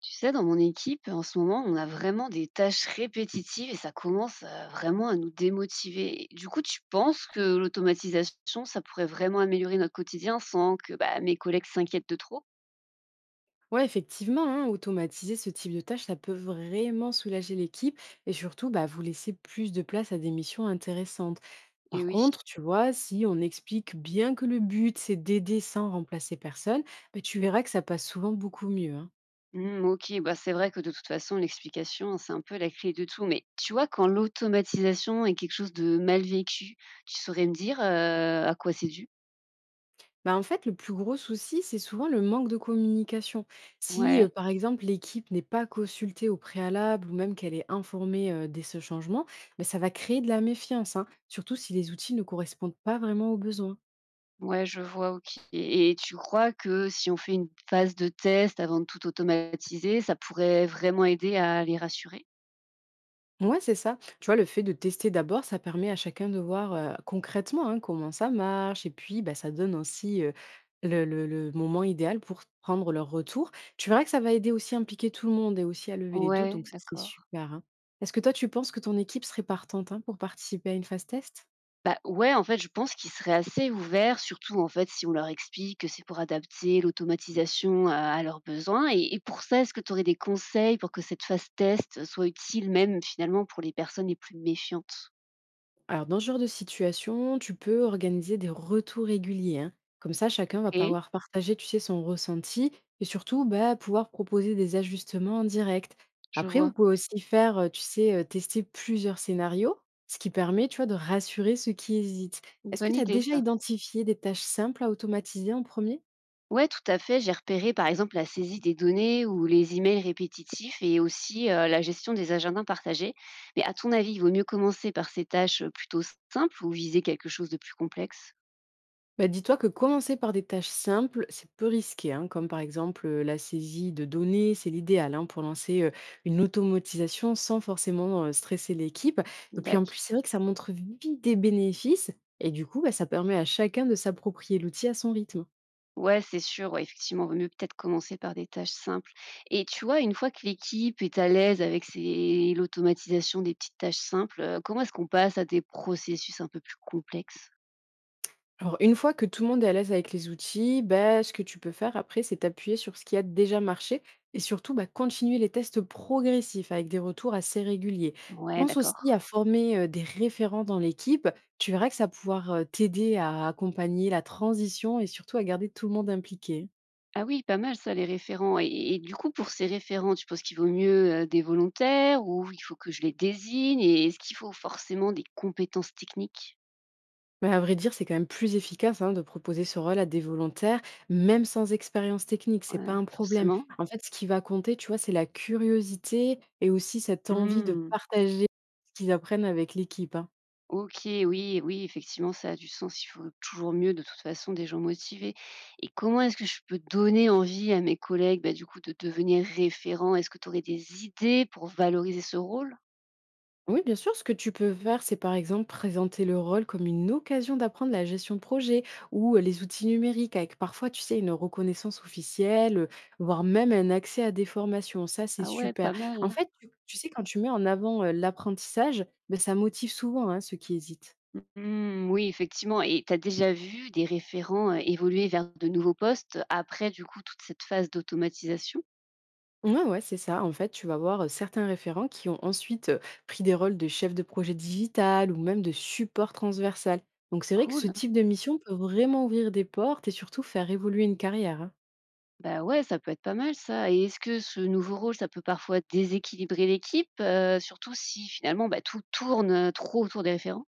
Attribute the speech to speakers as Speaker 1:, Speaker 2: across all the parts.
Speaker 1: Tu sais, dans mon équipe, en ce moment, on a vraiment des tâches répétitives et ça commence vraiment à nous démotiver. Du coup, tu penses que l'automatisation, ça pourrait vraiment améliorer notre quotidien sans que bah, mes collègues s'inquiètent de trop.
Speaker 2: Ouais, effectivement, hein, automatiser ce type de tâche, ça peut vraiment soulager l'équipe et surtout bah, vous laisser plus de place à des missions intéressantes.
Speaker 1: Et
Speaker 2: Par
Speaker 1: oui.
Speaker 2: contre, tu vois, si on explique bien que le but, c'est d'aider sans remplacer personne, bah, tu verras que ça passe souvent beaucoup mieux, hein.
Speaker 1: Hmm, ok, bah, c'est vrai que de toute façon, l'explication, c'est un peu la clé de tout. Mais tu vois, quand l'automatisation est quelque chose de mal vécu, tu saurais me dire à quoi c'est dû.
Speaker 2: Bah, en fait, le plus gros souci, c'est souvent le manque de communication. Si,
Speaker 1: Ouais.
Speaker 2: par exemple, l'équipe n'est pas consultée au préalable ou même qu'elle est informée dès ce changement, bah, ça va créer de la méfiance, hein, surtout si les outils ne correspondent pas vraiment aux besoins.
Speaker 1: Ouais, je vois, OK et tu crois que si on fait une phase de test avant de tout automatiser, ça pourrait vraiment aider à les rassurer?
Speaker 2: Ouais, c'est ça. Tu vois, le fait de tester d'abord, ça permet à chacun de voir concrètement, hein, comment ça marche. Et puis, bah, ça donne aussi le moment idéal pour prendre leur retour. Tu verras que ça va aider aussi à impliquer tout le monde et aussi à lever les doutes.
Speaker 1: Ouais,
Speaker 2: Donc, ça, c'est
Speaker 1: d'accord.
Speaker 2: super, hein. Est-ce que toi, tu penses que ton équipe serait partante, hein, pour participer à une phase test?
Speaker 1: Bah, ouais, en fait, je pense qu'ils seraient assez ouverts, surtout, en fait, si on leur explique que c'est pour adapter l'automatisation à leurs besoins et pour ça, est-ce que tu aurais des conseils pour que cette phase test soit utile même, finalement, pour les personnes les plus méfiantes?
Speaker 2: Alors, dans ce genre de situation, tu peux organiser des retours réguliers, hein. Comme ça, chacun va
Speaker 1: OK,
Speaker 2: pouvoir partager, tu sais, son ressenti et surtout bah, pouvoir proposer des ajustements en direct.
Speaker 1: je
Speaker 2: Après, vous
Speaker 1: vois.
Speaker 2: pouvez aussi faire, tu sais, tester plusieurs scénarios, ce qui permet, tu vois, de rassurer ceux qui hésitent.
Speaker 1: Une
Speaker 2: Est-ce que
Speaker 1: bonne
Speaker 2: tu as
Speaker 1: idée
Speaker 2: déjà
Speaker 1: ça.
Speaker 2: identifié des tâches simples à automatiser en premier?
Speaker 1: Ouais, tout à fait. J'ai repéré par exemple la saisie des données ou les emails répétitifs et aussi la gestion des agendas partagés. Mais à ton avis, il vaut mieux commencer par ces tâches plutôt simples ou viser quelque chose de plus complexe.
Speaker 2: Bah, dis-toi que commencer par des tâches simples, c'est peu risqué, hein, comme par exemple la saisie de données, c'est l'idéal, hein, pour lancer une automatisation sans forcément stresser l'équipe. Et puis en plus,
Speaker 1: D'accord.
Speaker 2: c'est vrai que ça montre vite des bénéfices et du coup, bah, ça permet à chacun de s'approprier l'outil à son rythme.
Speaker 1: Ouais, c'est sûr. Ouais, effectivement, vaut mieux peut-être commencer par des tâches simples. Et tu vois, une fois que l'équipe est à l'aise avec l'automatisation des petites tâches simples, comment est-ce qu'on passe à des processus un peu plus complexes?
Speaker 2: Alors, une fois que tout le monde est à l'aise avec les outils, bah, ce que tu peux faire après, c'est t'appuyer sur ce qui a déjà marché et surtout bah, continuer les tests progressifs avec des retours assez réguliers.
Speaker 1: Ouais,
Speaker 2: Pense aussi à
Speaker 1: d'accord.
Speaker 2: former des référents dans l'équipe. Tu verras que ça va pouvoir t'aider à accompagner la transition et surtout à garder tout le monde impliqué.
Speaker 1: Ah oui, pas mal ça, les référents et du coup, pour ces référents, tu penses qu'il vaut mieux, des volontaires ou il faut que je les désigne et est-ce qu'il faut forcément des compétences techniques?
Speaker 2: Mais à vrai dire, c'est quand même plus efficace, hein, de proposer ce rôle à des volontaires, même sans expérience technique, c'est pas un problème.
Speaker 1: Forcément?
Speaker 2: En fait, ce qui va compter, tu vois, c'est la curiosité et aussi cette envie de
Speaker 1: Mmh.
Speaker 2: partager ce qu'ils apprennent avec l'équipe, hein.
Speaker 1: OK, oui, oui, effectivement, ça a du sens. Il faut toujours mieux, de toute façon, des gens motivés et comment est-ce que je peux donner envie à mes collègues, bah, du coup, de devenir référents? Est-ce que tu aurais des idées pour valoriser ce rôle?
Speaker 2: Oui, bien sûr, ce que tu peux faire, c'est par exemple présenter le rôle comme une occasion d'apprendre la gestion de projet ou les outils numériques avec parfois, tu sais, une reconnaissance officielle, voire même un accès à des formations. Ça, c'est
Speaker 1: Ah ouais,
Speaker 2: super.
Speaker 1: pas
Speaker 2: En
Speaker 1: mal.
Speaker 2: fait, tu sais, quand tu mets en avant l'apprentissage, ben, ça motive souvent, hein, ceux qui hésitent.
Speaker 1: Mmh, oui, effectivement et tu as déjà vu des référents, évoluer vers de nouveaux postes après du coup toute cette phase d'automatisation?
Speaker 2: Ouais, ouais, c'est ça. En fait, tu vas voir certains référents qui ont ensuite pris des rôles de chef de projet digital ou même de support transversal. Donc, c'est vrai que
Speaker 1: Cool,
Speaker 2: ce
Speaker 1: hein.
Speaker 2: type de mission peut vraiment ouvrir des portes et surtout faire évoluer une carrière, hein.
Speaker 1: Bah, ouais, ça peut être pas mal ça et est-ce que ce nouveau rôle, ça peut parfois déséquilibrer l'équipe, surtout si finalement, bah, tout tourne, trop autour des référents?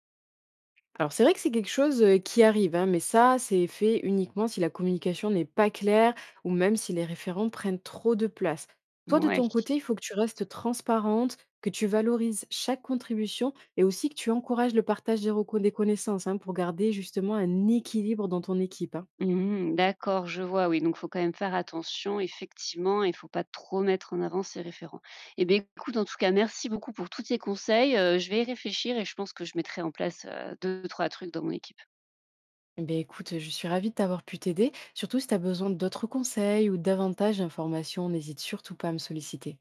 Speaker 2: Alors c'est vrai que c'est quelque chose, qui arrive, hein, mais ça, c'est fait uniquement si la communication n'est pas claire ou même si les référents prennent trop de place. Toi, de
Speaker 1: Ouais.
Speaker 2: ton côté, il faut que tu restes transparente, que tu valorises chaque contribution et aussi que tu encourages le partage des recon des connaissances, hein, pour garder justement un équilibre dans ton équipe, hein.
Speaker 1: Mmh, d'accord, je vois, oui, donc faut quand même faire attention effectivement et faut pas trop mettre en avant ses référents. Eh beh, écoute, en tout cas, merci beaucoup pour tous tes conseils, je vais y réfléchir et je pense que je mettrai en place, 2-3 trucs dans mon équipe.
Speaker 2: Eh beh, écoute, je suis ravie de t'avoir pu t'aider. Surtout si tu as besoin d'autres conseils ou davantage d'informations, n'hésite surtout pas à me solliciter.